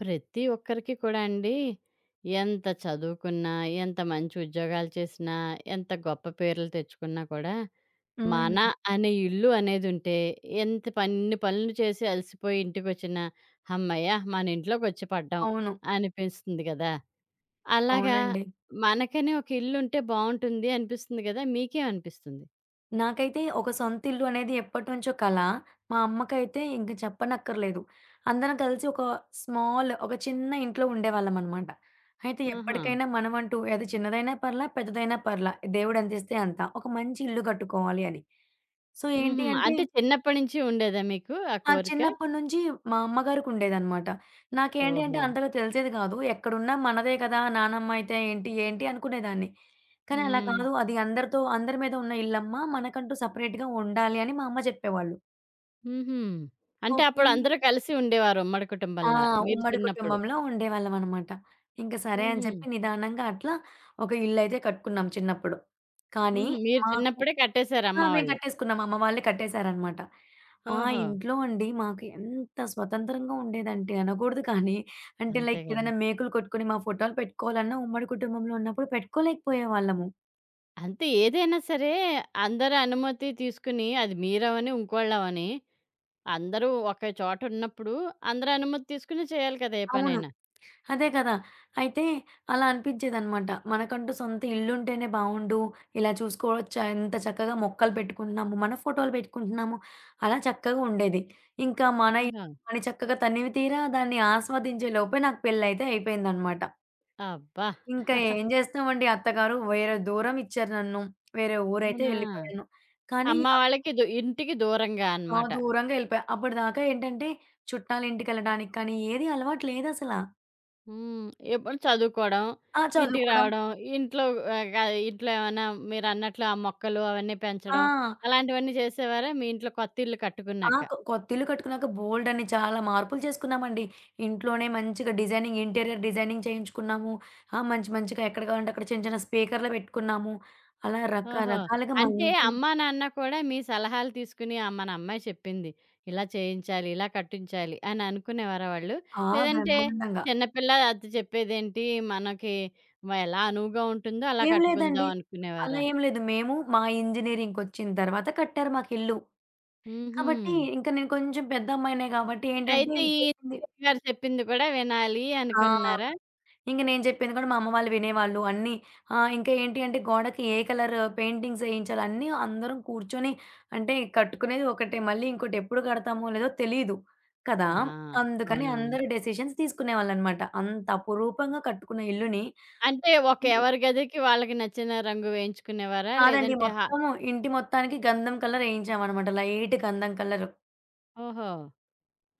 ప్రతి ఒక్కరికి కూడా అండి ఎంత చదువుకున్నా, ఎంత మంచి ఉద్యోగాలు చేసినా, ఎంత గొప్ప పేర్లు తెచ్చుకున్నా కూడా, మన హ్మ్. అనే ఇల్లు అనేదుంటే ఎంత ఇన్ని పనులు చేసి అలసిపోయి ఇంటికొచ్చినా, హమ్మయ్య! మన ఇంట్లోకొచ్చి పడ్డాం అవును. అనిపిస్తుంది గదా! అలాగా అవునండి. మనకని ఒక ఇల్లుంటే బావుంటుంది అనిపిస్తుంది గదా! మీకేమనిపిస్తుంది? నాకైతే ఒక సొంతిల్లు అనేది ఎప్పటినుంచో కల. మా అమ్మకైతే ఇంక చెప్పనక్కర్లేదు. అందరం కలిసి ఒక ఒక చిన్న ఇంట్లో ఉండేవాళ్ళమనమాట. అయితే ఆహా! ఎప్పటికైనా మనమంటూ అది చిన్నదైనా పర్లా, పెద్దదైనా పర్లా దేవుడంతిస్తే అంత. ఒక మంచి ఇల్లు కట్టుకోవాలి అని. సో ఏంటి హుహు. అంటే అంటే చిన్నప్పటి నుంచి ఉండేదా మీకు ఆ ఆ! కోరిక? చిన్నప్పటి నుంచి మా అమ్మగారికుండేదనమాట. నాకేంటి అంటే ఓహో! అంతగా తెలిసేది కాదు. ఎక్కడున్నా మనదే కదా! నానమ్మ అయితే ఏంటి, ఏంటి అనుకునేదాన్ని. కానీ అలా హ్మ్. కాదు. అది అందరితో అందరి మీద ఉన్న ఇల్లమ్మ. మనకంటూ సెపరేట్‌గా ఉండాలి అని మా అమ్మ చెప్పేవాళ్ళు. హుహు. అంటే ఓకే అప్పుడు అండి. అందరూ కలిసి ఉండేవారు ఉమ్మడి ఆ! కుటుంబంలా. మీరు ఉమ్మడి చిన్నప్పుడు. కుటుంబంలో ఉండేవాళ్ళమనమాట. ఇంక సరే అని హుహు. చెప్పి నిదానంగా అట్లా ఒక ఇల్లయితే కట్టుకున్నాం చిన్నప్పుడు. కానీ హుహు. మీరు మాకు చిన్నప్పుడే కట్టేశారు ఆ! అమ్మ మేము వాళ్ళు. కట్టేసుకున్నాం. అమ్మ వాళ్ళే కట్టేశారనమాట. ఆ ఓహో! ఇంట్లో అండి మాకు ఎంత స్వతంత్రంగా ఉండేదంటే అనకూడదు కానీ, అంటే అంతే లైక్ గదా! ఏదైనా మేకులు కొట్టుకొని మా ఫోటోలు పెట్టుకోవాలన్నా ఉమ్మడి కుటుంబంలో ఉన్నప్పుడు పెట్టుకోలేకపోయేవాళ్ళము. అంతే ఏదైనా సరే అందరి అనుమతి తీసుకుని అది మీరవని, ఇంకోళ్ళవని అందరూ ఒకే చోట ఉన్నప్పుడు అందరి అనుమతి తీసుకుని చేయాలి కదా! ఏ అవును. పనైనా. అదే కదా! అయితే అలా అనిపించేదనమాట. మనకంటూ సొంత ఇల్లుంటేనే బావుండు. ఇలా చూసుకోవచ్చా ఎంత చక్కగా మొక్కలు పెట్టుకుంటున్నాము, మన ఫోటోలు పెట్టుకుంటున్నాము. అలా చక్కగా ఉండేది. ఇంకా మన ఇల్లు ఓహో! అని చక్కగా తనివి తీరా దాన్ని ఆస్వాదించే లోపే నాకు పెళ్లయితే అయిపోయిందనమాట. అబ్బా! ఇంకా ఏం చేస్తామండి అత్తగారు వేరే దూరం ఇచ్చారు నన్ను. వేరే ఊరైతే అవునా! వెళ్ళిపోయాను. కానీ అమ్మ వాళ్ళకి ఇంటికి దూరంగా ఆ! అన్నమాట. దూరంగా వెళ్ళిపోయా. అప్పటిదాకా ఏంటంటే చుట్టాలింటికెళ్ళడానికి కానీ ఏది అలవాటు లేదసల. హ్మ్. ఎప్పుడు చదువుకోవడం, ఆ! ఇంటికి చదువుకోవడం. రావడం, ఇంట్లో ఆహ్, గా ఇంట్లో ఏమన్నా మీరన్నట్లు ఆ మొక్కలు అవన్నీ ఆ! పెంచడం, అలాంటివన్నీ చేసేవారా మీ ఇంట్లో కొత్త ఇల్లు ఆ! కట్టుకున్నాక? కొ కొత్తిల్లు కట్టుకున్నాక చాలా మార్పులు చేసుకున్నామండి. ఇంట్లోనే మంచిగా ఇంటీరియర్ డిజైనింగ్ చేయించుకున్నాము. ఆ! మంచి మంచిగా ఎక్కడ కావాలంటే అక్కడ చిన్న చిన్న స్పీకర్‌లు పెట్టుకున్నాము. అలా ఓహో! రకరకాలుగా మా అంటే ఇంటిని అమ్మా, నాన్న కూడా మీ సలహాలు తీసుకుని మన అమ్మాయి చెప్పింది, ఇలా చేయించాలి, ఇలా కట్టించాలి అని అనుకునేవారా వాళ్ళు? ఆ! లేదంటే బ్రహ్మాండంగా. చిన్నపిల్ల అది చెప్పేదేంటి మనకి ఎలా అనువుగా ఉంటుందో అలా ఏం కట్టుకుందాం లేదండి. అలా అనుకునేవారా? ఏం లేదు. మేము మా ఇంజినీరింగ్‌కొచ్చిన తర్వాత కట్టారు మాకిల్లు. హుహు. కాబట్టి ఇంక నేను కొంచెం పెద్ద అమ్మాయినే గాబట్టి ఏంటంటే అయితే ఈ చెప్పింది గారు చెప్పింది కూడా వినాలి ఆ! అనుకున్నారా? ఇంక నేను చెప్పింది కూడా మా అమ్మ వాళ్ళు వినేవాళ్ళు అన్నీ. ఇంకా ఏంటి అంటే గోడకి ఏ కలర్ పెయింటింగ్స్ ఏయించాలి అన్నీ అందరం కూర్చొని అంటే కట్టుకునేది ఒకటే. మళ్ళీ ఇంకోటి ఎప్పుడు కడతామో లేదో తెలీదు కదా! ఆ! అందుకని అవునవును. అందరూ డెసిషన్స్ తీసుకునేవాళ్ళనమాట. అంత అపురూపంగా కట్టుకున్న ఇల్లుని అంటే ఒక ఎవరి గదికి వాళ్ళకి నచ్చిన రంగు వేయించుకునేవారా? కాదండి. లేదంటే మొత్తము ఇంటి మొత్తానికి గంధం కలర్ ఏయించామనమాట. లైట్ గంధం కలర్. ఓహో!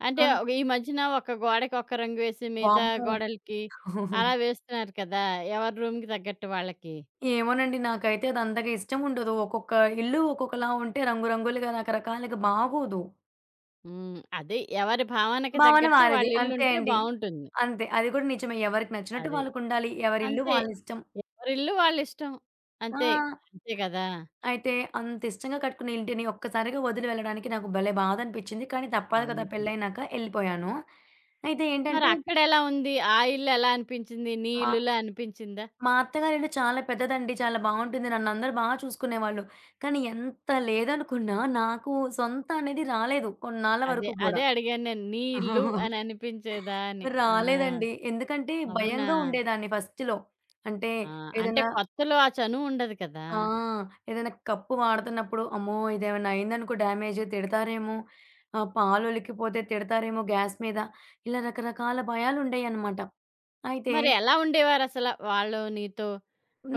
అంటే అన్ ఈ మధ్యన ఒక గోడకి ఒక రంగు వేసి మిగతా వామ్మో! గోడలకి అలా వేస్తున్నారు కదా! ఎవరి రూమ్‌కి తగ్గట్టు వాళ్ళకి. ఏమోనండి. నాకైతే అది అంతగా ఇష్టం ఉండదు. ఒక్కొక్క ఇల్లు ఒక్కొక్కలా ఉంటే రంగురంగులుగా, రకరకాలుగా బాగోదు. హ్మ్. అదే ఎవరి భావనకి భావన తగ్గట్టు వాళ్ళ వారిది. అంతే ఇల్లుంటే అండి. బావుంటుంది. అంతే. అది కూడా నిజమే. ఎవరికి నచ్చినట్టు అది. వాళ్ళకుండాలి. ఎవరి ఇల్లు అంతే. వాళ్ళిష్టం. ఎవరిల్లు వాళ్ళిష్టం. ఆ! అంతే. అంతే కదా! అయితే అంత ఇష్టంగా కట్టుకున్న ఇంటిని ఒక్కసారిగా వదిలి వెళ్ళడానికి నాకు భలే బాధనిపించింది. కానీ తప్పదు కదా! అవును. పెళ్ళైనాక ఎళ్ళిపోయాను. అయితే ఏంటంటే మరక్కడెలా ఉంది? ఆ ఇల్లు ఎలా అనిపించింది? నీ మా ఇల్లులా అనిపించిందా? మా అత్తగారిల్లు చాలా పెద్దదండి. చాలా బావుంటుంది. నన్నందరూ చూసుకునేవాళ్ళు. కానీ ఎంత లేదనుకున్నా నాకు సొంత అనేది రాలేదు కొన్నాళ్ళ అదే. వరకు గూడా. అదే అడిగాను నేను. నీ ఇల్లు అని అనిపించేదా అని. ఆ! రాలేదండి. ఎందుకంటే అవునా? భయంగా ఉండేదాన్ని ఫస్ట్‌లో. అంటే ఆ! అంటే ఏదైనా కొత్తలో ఆ చనువు ఉండదు కదా! ఆ! ఏదైనా కప్పు వాడుతున్నప్పుడు అమ్మో! ఇదేమన్నా అయిందనుకో డ్యామేజ్ తిడతారేమో! పాలొలికిపోతే తిడతారేమో గ్యాస్ మీద. ఇలా రకరకాల భయాలుండేయన్నమాట. అయితే మరి ఎలా ఉండేవారసల వాళ్ళు నీతో?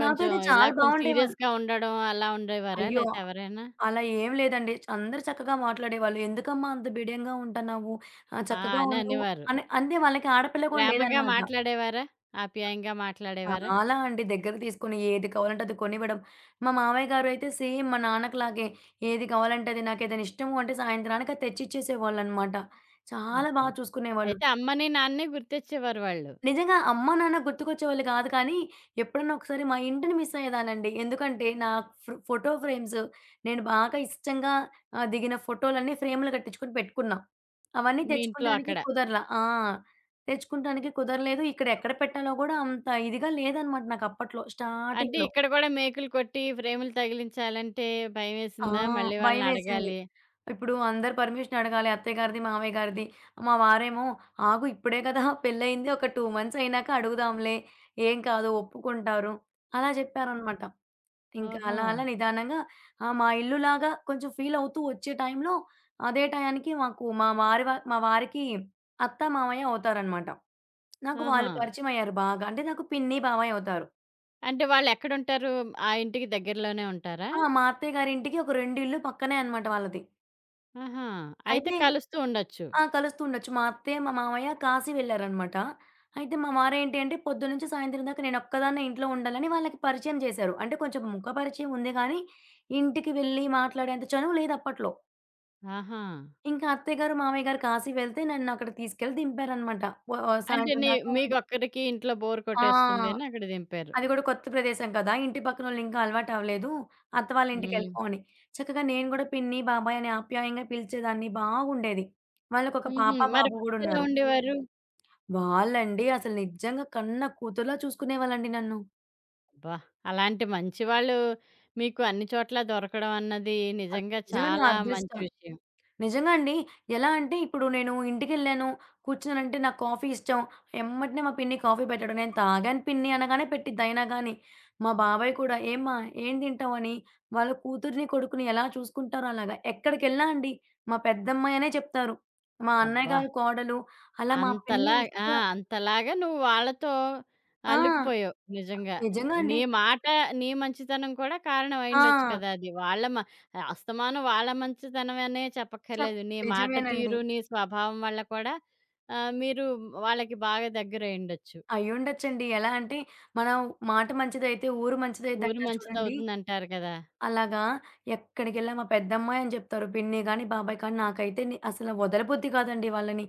నాతో అయితే ఇలా చాలా కొంచెం బావుండేవాళ్ళు. సీరియస్‌గా ఉండడం అలా ఉండేవారా? అయ్యో! లేతే ఎవరైనా? అలా ఏం లేదండి. అందరూ చక్కగా మాట్లాడేవాళ్ళు. "ఎందుకమ్మా అంత బిడియంగా ఉంటన్నావు? ఆ! చక్కగా అని ఉండు" అనేవారు. అని అంటే వాళ్ళకి ఆడపిల్ల కూడా ప్రేమగా లేదనమాట. మాట్లాడేవారా? ఆప్యాయంగా మాట్లాడేవారా? చాలా అండి దగ్గరకి తీసుకొని ఏది కావాలంటే అది కొనివ్వడం. మా మామయ్య గారు అయితే సేమ్ మా నాన్నకిలాగే ఏది కావాలంటే అది నాకేదైనా ఇష్టము అంటే సాయంత్రానికి అది తెచ్చిచ్చేసేవాళ్ళనమాట. చాలా అబ్బా! బాగా చూసుకునేవాళ్ళు. అయితే అమ్మని, నాన్నని గుర్తొచ్చేవారు వాళ్ళు. నిజంగా అమ్మ, నాన్న గుర్తుకొచ్చేవాళ్ళు కాదు కానీ, ఎప్పుడన్నా ఒకసారి మా ఇంటిని మిస్ అయ్యేదాన్నండి. ఎందుకంటే నా ఫోటో ఫ్రేమ్స్ నేను బాగా ఇష్టంగా దిగిన ఫోటోలన్నీ ఫ్రేములు కట్టించుకొని పెట్టుకున్నా. అవన్నీ మీ ఇంట్లో తెచ్చుకోడానికి అక్కడ. కుదరల. ఆ! తెచ్చుకుంటానికి కుదరలేదు. ఇక్కడ ఎక్కడ పెట్టాలో గూడా అంత ఇదిగా లేదనమాట నాకప్పట్లో అంటే స్టార్టింగ్‌లో. ఇక్కడ కూడా మేకులు కొట్టి ఫ్రేములు తగిలించాలంటే ఆ! భయమేసిందా? మళ్ళీ భయమేసింది. వాళ్ళనడగాలి. ఇప్పుడు అందరి పర్మిషన్ అడగాలి. అత్తయ్య గారిది, మామయ్య గారిది. మా వారేమో, "ఆగు ఇప్పుడే కదా పెళ్లయింది. ఒక 2 మంత్స్ అయినాక అడుగుదాంలే. ఏం కాదు ఒప్పుకుంటారు." అలా చెప్పారనమాట. ఇంకా ఓహో! అలా అలా నిదానంగా ఆ! మా ఇల్లులాగా కొంచెం ఫీల్ అవుతూ వచ్చే టైంలో అదే టయానికి మాకు మా వారికి అత్త, మామయ్య అవుతారనమాట. నాకు ఆహా! వాళ్ళు పరిచయమయ్యారు బాగా. అంటే నాకు పిన్ని, బాబాయ్ అవుతారు. అంటే వాళ్ళెక్కడుంటారు? ఆ ఇంటికి దగ్గరలోనే ఉంటారా? ఆ! మా అత్తయ్య గారింటికి ఒక 2 ఇల్లు పక్కనే అన్నమాట వాళ్ళది. ఆహా! అయితే అయితే కలుస్తూ ఉండొచ్చు. ఆ! కలుస్తుండొచ్చు. మా అత్తయ్య, మా మామయ్య కాశీ వెళ్లారన్నమాట. అయితే మా వారేంటి అంటే పొద్దున్నుంచి సాయంత్రం దాకా నేనొక్కదాన్నే ఇంట్లో ఉండాలని వాళ్ళకి పరిచయం చేశారు. అంటే కొంచెం ముఖ పరిచయం ఉంది గానీ, ఇంటికి వెళ్లి మాట్లాడేంత చనువు లేదు అప్పట్లో. ఆహా! ఇంకా అత్తయ్య గారు, మామయ్య గారు కాశీ వెళ్తే నన్నక్కడ తీసుకెళ్ళి దింపారన్నమాట. వ అంటే సాయంత్రం దాకా ఉండి మీకొక్కరికి ఇంట్లో బోర్ ఆ! కొట్టేస్తుందని అక్కడ దింపారు. అది గూడా కొత్త ప్రదేశం కదా! ఇంటి పక్కనోళ్ళు ఇంకా అలవాటవ్వలేదు. అత్త వాళ్ళ హ్మ్. ఇంటికెళ్ళిపో అని. చక్కగా నేను గూడా పిన్ని, బాబాయ్ అని ఆప్యాయంగా పిలిచేదాన్ని బాగుండేది. వాళ్ళకొక హుహు. పాప, మరి బాబు వాళ్ళెలా గూడున్నారు. ఉండేవారు? వాళ్ళండి అసలు నిజంగా కన్న కూతురులా చూసుకునేవాళ్ళండి నన్ను. అబ్బా! అలాంటి మంచి వాళ్ళు మీకు అన్ని చోట్ల దొరకడం అన్నది అది నిజంగా నిజంగా నా చాలా మంచి అదృష్టం. విషయం. నిజంగా అండి. ఎలా అంటే ఇప్పుడు నేను ఇంటికెళ్ళాను, కూర్చున్నానంటే నాకు కాఫీ ఇష్టం. ఎమ్మటనే మా పిన్ని కాఫీ పెట్టడం. నేను తాగాను పిన్ని అనగానే పెట్టిద్ది అయినా గాని. మా బాబాయ్ కూడా "ఏమ్మా ఏం తింటావని?" వాళ్ళ కూతుర్ని, కొడుకుని ఎలా చూసుకుంటారో అలాగా. ఎక్కడికెళ్ళినా అండి మా పెద్దమ్మాయి అనే చెప్తారు. మా అన్నయ్య అబ్బా! గారి కోడలు అలా మా పిన్ని అంతలా ఆ! అస్సల. అంతలాగా నువ్వు వాళ్ళతో ఆ! అల్లుకుపోయావు నిజంగా. నిజంగా నీ అండి. మాట, నీ మంచితనం కూడా కారణం అయ్యుండొచ్చు ఆ! కదా! అది. వాళ్ళ మ అస్తమానం వాళ్ళ మంచితనమనే చెప్ చెప్పక్కర్లేదు. నీ మాట నిజమేనండి. తీరు, నీ స్వభావం వల్ల కూడా మీరు వాళ్ళకి బాగా దగ్గరయ్యుండొచ్చు. అయ్యుండొచ్చండి. ఎలా అంటే మనం మాట మంచిదైతే ఊరు ఊరు మంచిదైద్దంటారు చూడండి. మంచిదవుతుందంటారు కదా! అలాగా ఎక్కడికెళ్ళా మా పెద్దమ్మాయి అని చెప్తారు. పిన్ని గాని, బాబాయ్ కానీ నాకైతే అసలు వదలబుద్ధి కాదండి వాళ్ళని.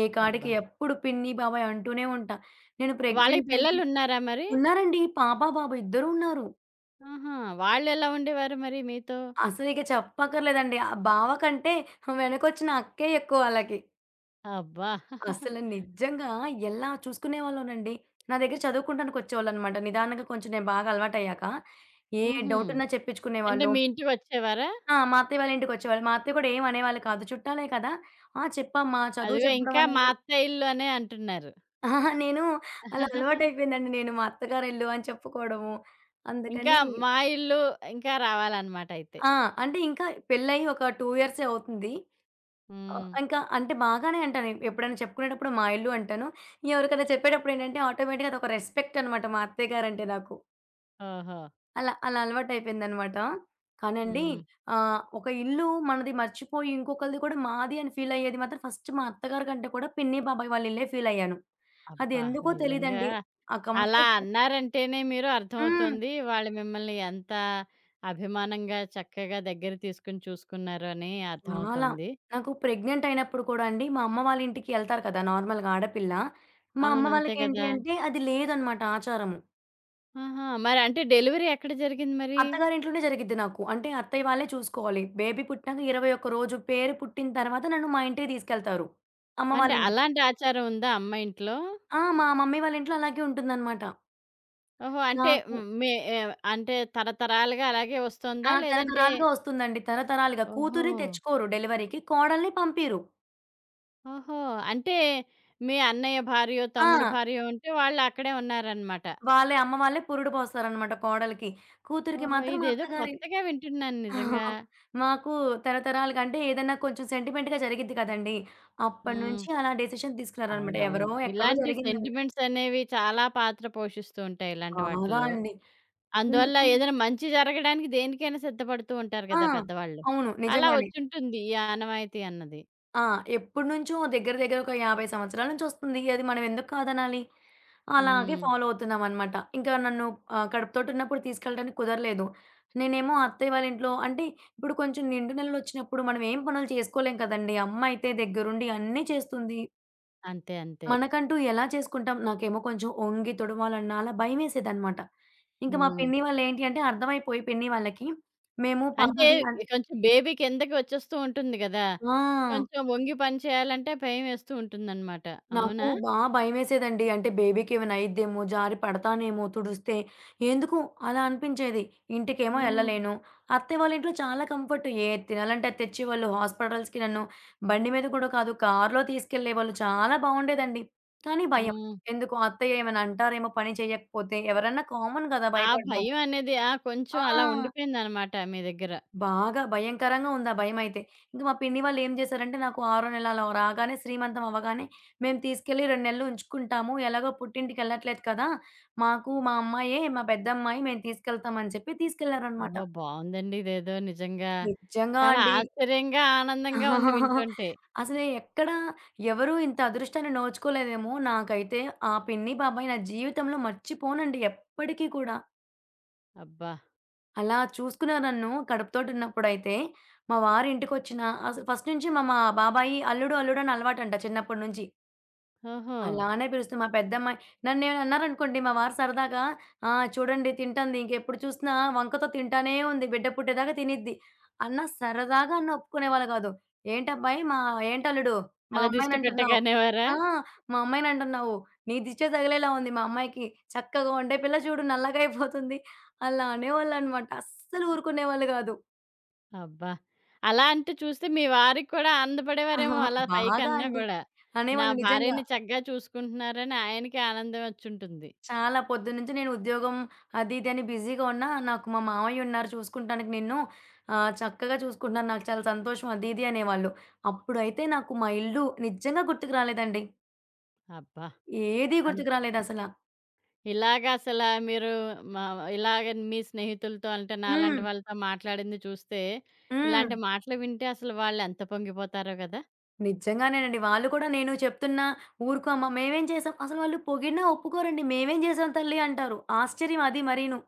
ఏ కాడికి అబ్బా! ఎప్పుడు పిన్ని, బాబాయ్ అంటూనే ఉంటా. నేను వాళ్ళకి ప్రెగ్నెంట్ అయ్యి పిల్లలున్నారా మరి? ఉన్నారండి. పాప, బాబు ఇద్దరు ఉన్నారు. ఆహా! వాళ్ళెలా ఉండేవారు మరి మీతో? అసలిక చెప్పక్కర్లేదండి. ఆ బావ కంటే వెనకొచ్చిన అక్కే ఎక్కువ ఆళ్ళకి. అబ్బా! అసలు నిజంగా ఎలా చూసుకునేవాళ్ళోనండి. నా దగ్గర చదువుకుంటానికొచ్చేవాళ్ళనమాట. నిదానంగా కొంచెం నేను బాగా అలవాటయ్యాక. ఏ హుహు. డౌటున్నా అంటే చెప్పించుకునేవాళ్ళు. మీ ఇంటికొచ్చేవారా? ఆ! మా అత్తయ్య వాళ్ళ ఇంటికొచ్చేవాళ్ళు. మా అత్తయ్య కూడా ఏం అనేవాళ్ళు కాదు. చుట్టాలే కదా! ఆ! చెప్పమ్మా చదువు అదిగో చెప్పడం ఇంకా మా అనేది అత్త ఇల్లు అనే అంటున్నారు. అహహా! నేను అలా అలవాటయిపోయిందండి నేను మా అత్తగారిల్లు అని చెప్పుకోవడము. ఇంకా అందుకని మా ఇల్లు ఇంకా రావాలన్నమాట అయితే. ఆ! అంటే ఇంకా పెళ్లయ్యి ఒక 2 ఇయర్సే అవుతుంది. హ్మ్. ఇంకా అంటే బాగానే అంటాను. ఎప్పుడైనా చెప్పుకునేటప్పుడు మా ఇల్లు అంటాను. ఎవరికైనా చెప్పేటప్పుడేంటంటే ఆటోమేటిక్‌గా అదొక రెస్పెక్ట్ అనమాట మా అత్తయ్య గారంటే నాకు. ఓహో! అలా అలా అలవాటయిపోయిందనమాట. కానండి హ్మ్. ఒక ఇల్లు మనది మర్చిపోయి ఇంకొకళ్ళది కూడా మాది అని ఫీలయ్యేది మాత్రం ఫస్ట్ మా అత్తగారి కంటే కూడా పిన్ని, బాబాయి వాళ్ళ ఇల్లే ఫీలయ్యాను. అది అబ్బా! ఎందుకో నిజంగా తెలీదండి. ఆ అలా కంఫర్ట్. అన్నారంటేనే మీరు హ్మ్. అర్థమవుతుంది. వాళ్ళు మిమ్మల్ని ఎంత అభిమానంగా చక్కగా దగ్గర తీసుకొని చూసుకున్నారు అని చాలా. అర్థమవుతోంది. నాకు ప్రెగ్నెంట్ అయినప్పుడు కూడా అండి మా అమ్మ వాళ్ళ ఇంటికి ఎళ్తారు కదా! నార్మల్‌గా ఆడపిల్ల. మా అమ్మ అవును. అంతే వాళ్ళకేంటి కదా! అంటే అది లేదనమాట ఆచారము. ఆహా! మరి అంటే డెలివరీ ఎక్కడ జరిగింది మరి? అత్తగారింట్లోనే జరిగిద్ది నాకు. అంటే అత్తయ్య వాళ్ళే చూసుకోవాలి. బేబీ పుట్టినాక 21 రోజు పేరు పుట్టిన తర్వాత నన్ను మా ఇంటికి తీసుకెళ్తారు. అమ్మ అంటే వాళ్ళ ఇంటికి. అలాంటి ఆచారం ఉందా అమ్మ ఇంట్లో? ఆ! మా మమ్మీ వాళ్ళ ఇంట్లో అలాగే ఉంటుందనమాట. ఓహో! అంటే నాకు మే అంటే తరతరాలుగా అలాగే వస్తోందా? ఆ! లేదంటే తరతరాలుగా వస్తుందండి. తరతరాలుగా. ఓహో! కూతురిని తెచ్చుకోరు డెలివరీకి. కోడల్ని పంపిరు. ఓహో! అంటే మీ అన్నయ్య భార్యో, ఆ! తమ్ముడు భార్యో ఉంటే వాళ్ళక్కడే ఉన్నారనమాట. అమ్మ వాళ్ళే పురుడు పోస్తారనమాట కోడలికి. కూతురికి ఓహో! మాత్రం మా ఇదేదో అత్తగారి. కొత్తగా వింటున్నాను నిజంగా. మాకు తరతరాలుగా అంటే ఏదైనా కొంచెం సెంటిమెంట్‌గా జరిగిద్ది కదండీ! హ్మ్. అప్పటినుంచి అలా డెసిషన్ తీసుకున్నారనమాట. అవునవును. ఎవరో ఎక్కడో ఇలాంటి జరిగిందంట. సెంటిమెంట్స్ అనేవి చాలా పాత్ర పోషిస్తూ ఉంటాయి ఇలాంటి బాగా వాటిల్లో. అండి. అందువల్ల అందుకని ఏదైనా మంచి జరగడానికి దేనికైనా సిద్ధపడుతూ ఉంటారు ఆ! గదా పెద్దవాళ్ళు. అవును. అలా నిజంగానే. వచ్చుంటుంది ఈ ఆనవాయితీ అన్నది. ఆ! ఎప్పటినుంచో దగ్గర దగ్గర ఒక 50 సంవత్సరాల నుంచి వస్తుంది. అది మనం ఎందుకు కాదనాలి? అలాగే హ్మ్. ఫాలో అవుతున్నామనమాట. ఇంకా నన్ను కడుపుతోటున్నప్పుడు తీసుకెళ్ళడానికి కుదరలేదు. నేనేమో అత్తయ్య వాళ్ళ ఇంట్లో అంటే ఇప్పుడు కొంచెం నిండు నెలలొచ్చినప్పుడు మనం ఏం పనులు చేసుకోలేం కదండీ! అమ్మ అయితే దగ్గరుండి అన్నీ చేస్తుంది. అంతే. అంతే. మనకంటూ ఎలా చేసుకుంటాం? నాకేమో కొంచెం ఒంగి తొడవాలన్నా అలా భయమేసేదనమాట. ఇంకా మా హ్మ్. పిన్ని వాళ్ళేంటి అంటే అర్థమైపోయి పిన్ని వాళ్ళకి మేము అంటే పాపది కొంచెం బేబీ కిందకి వచ్చేస్తూ ఉంటుంది గదా! ఆ! కొంచెం వంగి పని చేయాలంటే భయమేస్తూ ఉంటుందనమాట. నాకు అవునా? భయమేసేదండి. అంటే బేబీకేమైనా అయిద్దేమో, జారి పడతానేమో తుడిస్తే. ఎందుకో అలా అనిపించేది. ఇంటికేమో హ్మ్. ఎళ్ళలేను. అత్తయ్య వాళ్ళ ఇంట్లో చాలా కంఫర్ట్. ఏది తినాలంటే అది తెచ్చేవాళ్ళు. హాస్పిటల్స్‌కి నన్ను బండి మీద కూడా కాదు, కారులో తీసుకెళ్ళేవాళ్ళు. చాలా బావుండేదండి. కానీ భయం. హ్మ్. ఎందుకు అత్తయ్య ఏమైనా అంటారేమో పని చేయకపోతే. ఎవరన్నా కామన్ గదా ఆ భయపడడం. భయం అనేది ఆ! కొంచెం ఆ! అలా ఉండిపోయిందనమాట మీ దగ్గర. బాగా భయంకరంగా ఉంది ఆ భయమైతే. ఇంక మా పిన్ని వాళ్ళు ఏం చేశారంటే, నాకు ఆరో నెల అలా రాగానే శ్రీమంతం అవ్వగానే, "మేము తీసుకెళ్ళి 2 నెలలు ఉంచుకుంటాము. ఎలాగో పుట్టింటికెళ్ళట్లేదు కదా! మాకు మా అమ్మాయే మా పెద్దమ్మాయి మేము తీసుకెళ్తాం" అని చెప్పి తీసుకెళ్లారనమాట. ఓహ్! బావుందండి ఇదేదో నిజంగా. నిజంగా చాలా అండి. ఆశ్చర్యంగా, ఆనందంగా ఉంది వింటుంటే. అసలు ఎక్కడ ఎవరు ఇంత అదృష్టాన్ని నోచుకోలేదేమో! నాకైతే ఆ పిన్ని, బాబాయి నా జీవితంలో మర్చిపోనండి ఎప్పటికి కూడా. అబ్బా! అలా చూసుకున్నారు నన్ను కడుపుతోటున్నప్పుడైతే. మా వారింటికొచ్చినా అసలు ఫస్ట్ నుంచి మా మా బాబాయి అల్లుడు అని అలవాటంట చిన్నప్పటి నుంచి. ఓహో! అలానే పిలుస్తుంది. మా పెద్దమ్మాయి నన్నేమైనా అన్నారనుకోండి, మా వారు సరదాగా, "ఆ! చూడండి తింటంది. ఇంకెప్పుడు చూసినా వంకతో తింటానే ఉంది. బిడ్డ పుట్టేదాకా తినిద్ది" అన్న సరదాగా అన్న ఒప్పుకునేవాళ్ళు కాదు. "ఏంటబ్బాయి మా ఏంటల్లుడు మా అలా దిష్టి అమ్మాయినంటున్నావు? పెట్టకనేవారా? ఆ! మా అమ్మాయినంటున్నావు. నీ దిచ్చే తగిలేలా ఉంది మా అమ్మాయికి. చక్కగా ఒంటె పిల్ల చూడు నల్లగా అయిపోతుంది." అలా అనేవాళ్ళనమాట. అస్సలు ఊరుకునేవాళ్ళు కాదు. అబ్బా! అలా అంటూ చూస్తే మీ వారికి కూడా ఆనందపడేవారేమో ఆహా, అలా బాగా పైకన్నా అండి. గూడా. నా అనేవాళ్ళు నిజంగా. భార్యని చక్కగా చూసుకుంటున్నారని ఆయనకి ఆనందం వచ్చుంటుంది. చాలా పొద్దున్నుంచి నేను ఉద్యోగం అది ఇది అని బిజీగా ఉన్నా, నాకు మా మామయ్య ఉన్నారు చూసుకుంటానికి నిన్ను. చక్కగా చూసుకుంటున్నారు. నాకు చాలా సంతోషం అది ఇది అనేవాళ్ళు. అప్పుడైతే నాకు మా ఇల్లు నిజంగా గుర్తుకు రాలేదండి. అబ్బా! ఏది అన్ గుర్తుకు రాలేదసల. ఇలాగ అసల మీరు మా ఇలాగ మీ స్నేహితులతో అంటే నాలాంటి హ్మ్. వాళ్ళతో మాట్లాడింది చూస్తే, హ్మ్. ఇలాంటి మాటలు వింటే అసలు వాళ్ళెంత పొంగిపోతారో గదా! నిజంగానేనండి. వాళ్ళు కూడా నేను చెప్తున్నా, "ఊరుకో అమ్మ మేమేం చేసాం" అసలు వాళ్ళు పొగిడినా ఒప్పుకోరండి. "మేమేం చేసాం తల్లి" అంటారు. ఆశ్చర్యం అది మరీను.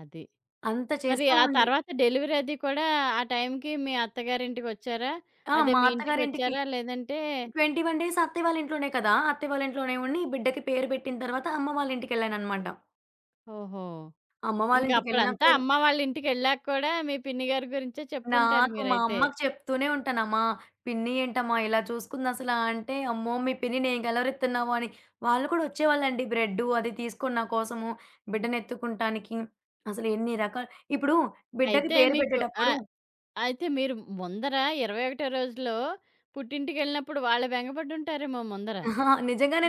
అది. అంత మరి ఆ చేస్తామండి. తర్వాత డెలివరీ అది కూడా ఆ టైంకి మీ అత్తగారింటికొచ్చారా? ఆ! అదే మా మీ అత్తగారింటికి. ఇంటికొచ్చారా? లేదంటే 21 డేస్ అత్తయ్య వాళ్ళ ఇంట్లోనే కదా! అత్తయ్య వాళ్ళ ఇంట్లోనే ఉండి, బిడ్డకి పేరు పెట్టిన తర్వాత అమ్మ వాళ్ళ ఇంటికెళ్ళాననమాట. ఓహో! అమ్మ వాళ్ళ ఇంక ఇంటికెళ్ళినా అప్పుడంతా కూడా అమ్మ వాళ్ళ ఇంటికెళ్ళాక కూడా మీ పిన్ని గారి గురించే చెప్పుంటారు నాకు మా మీరైతే. అమ్మకి చెప్తూనే ఉంటానమ్మా, పిన్ని ఏంటమ్మా ఇలా చూసుకుందసలా అంటే, "అమ్మో! మీ పిన్నిని ఏం గెలవరెత్తున్నావు" అని. వాళ్ళు కూడా వచ్చేవాళ్ళండి బ్రెడ్డు అది తీసుకొని నా కోసము, బిడ్డనెత్తుకుంటానికి. అసలు ఎన్ని రకాలు ఇప్పుడు బిడ్డకి అయితే పేరు మీకు ఆ! పెట్టేటప్పుడు అయితే మీరు ముందర 21 రోజులో పుట్టింటికెళ్ళినప్పుడు వాళ్ళు బెంగపడుంటారేమో ముందర. అహా!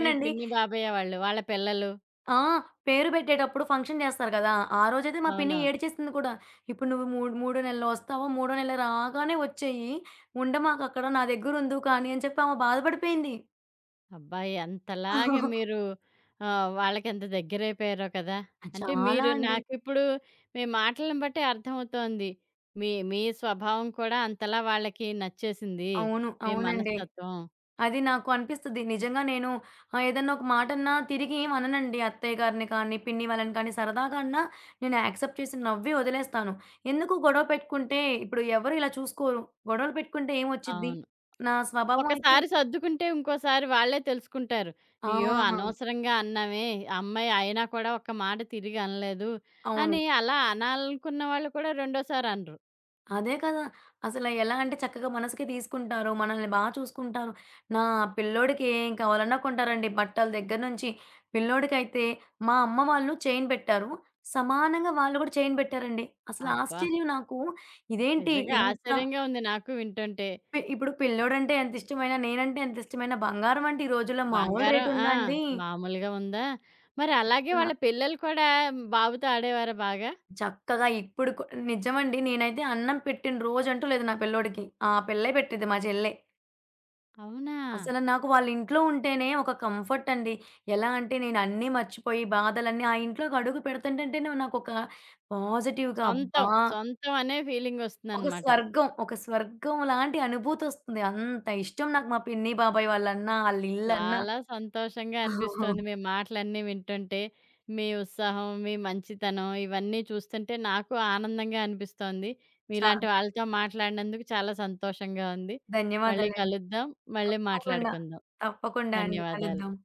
మీ పిన్ని, బాబయ్య వాళ్ళు, వాళ్ళ పిల్లలు. ఆ! పేరు పెట్టేటప్పుడు ఫంక్షన్ చేస్తారు గదా! ఆ రోజైతే మా పిన్ని అవునవును. ఏడ్చేసింది కూడా. "ఇప్పుడు నువ్వు మూడో నెలలో వస్తావో, మూడో నెల రాగానే వచ్చేయి. ఉండమాకక్కడ. నా దగ్గరుందువు కానీ" అని చెప్పి ఆమె బాధపడిపోయింది. అబ్బా! ఎంతలాగా మీరు వాళ్ళకెంత దగ్గరైపోయారో కదా! అంటే చాలా మీరు అండి. నాకిప్పుడు మాటలను బట్టి అర్థమవుతోంది. మీ మీ స్వభావం కూడా అంతలా వాళ్ళకి నచ్చేసింది. అవును. మీ అవునండి. మనస్తత్వం. అది నాకు అనిపిస్తది. నిజంగా నేను ఏదన్నా ఒక మాటన్నా తిరిగి ఏం అననండి. అత్తయ్య గారిని కానీ, పిన్ని వాళ్ళని కానీ సరదాగా అన్నా నేను యాక్సెప్ట్ చేసి నవ్వి వదిలేస్తాను. ఎందుకు గొడవ పెట్టుకుంటే ఇప్పుడు ఎవరు ఇలా చూసుకోరు. గొడవలు పెట్టుకుంటే ఏమొచ్చిద్ది? అవును. నా స్వభావం అయితే ఒకసారి సర్దుకుంటే ఇంకోసారి వాళ్ళే తెలుసుకుంటారు. అయ్యో! ఆ! అనవసరంగా అన్నామే. ఆ అమ్మాయి అయినా కూడా ఒక్క మాట తిరిగి అనలేదు అవును. అని అలా అనాలనుకున్న వాళ్ళు కూడా రెండోసారి అనరు. అదే కదా! అసల ఎలా అంటే చక్కగా మనసుకి తీసుకుంటారు. మనల్ని చూసుకుంటారు. నా పిల్లోడికి ఏం కావాలన్నా కొంటారండి. బట్టల దగ్గర నుంచి పిల్లోడికైతే మా అమ్మ వాళ్ళు చైన్ పెట్టారు. సమానంగా వాళ్ళు కూడా చైన్ పెట్టారండి. అసలు అబ్బా! ఆశ్చర్యం నాకు. ఇదేంటి నిజంగా ఇంత ఆశ్చర్యంగా ఉంది నాకు వింటుంటే. ఇప్పుడు పిల్లోడంటే ఎంత ఇష్టమైనా, నేనంటే ఎంత ఇష్టమైనా బంగారం అంటే ఈ రోజుల్లో మామూలు బంగారం రేట్ ఆ! ఉందా అండి? మామూలుగా ఉందా? మరి అలాగే అలా వాళ్ళ పిల్లలు కూడా బాబుతో ఆడేవారా బాగా? చక్కగా ఇప్పుడు నిజమండి. నేనైతే అన్నం పెట్టిన రోజంటూ లేదు నా పిల్లోడికి. ఆ పిల్లే పెట్టిద్ది మా చెల్లె. అవునా? అసల నాకు వాళ్ళ ఇంట్లో ఉంటేనే ఒక కంఫర్ట్ అండి. ఎలా అంటే నేను అన్నీ మర్చిపోయి బాధలన్నీ ఆ ఇంట్లోకి అడుగు పెడుతుంటంటేనే నాకొక పాజిటివ్‌గా అబ్బా! సొంతం. సొంతం అనే ఒక ఫీలింగొస్తుందనమాట. స్వర్గం, ఒక స్వర్గం లాంటి అనుభూతొస్తుంది. అంత ఇష్టం నాకు మా పిన్ని, బాబాయ్ వాళ్ళన్నా, ఆళ్ళ ఇల్లన్నా. చాలా సంతోషంగా అనిపిస్తోంది. మీ మాటలన్నీ వింటుంటే, మీ ఉత్సాహం, మీ మంచితనం ఇవన్నీ చూస్తుంటే నాకు ఆనందంగా అనిపిస్తోంది. చాలా మీలాంటి వాళ్ళతో సంతోషం. మాట్లాడినందుకు చాలా సంతోషంగా ఉంది. మళ్ళీ ధన్యవాదాలండి. కలుద్దాం. మళ్ళీ తప్పకుండా. మాట్లాడుకుందాం. తప్పకుండా అండి. ధన్యవాదాలు. కలుద్దాం.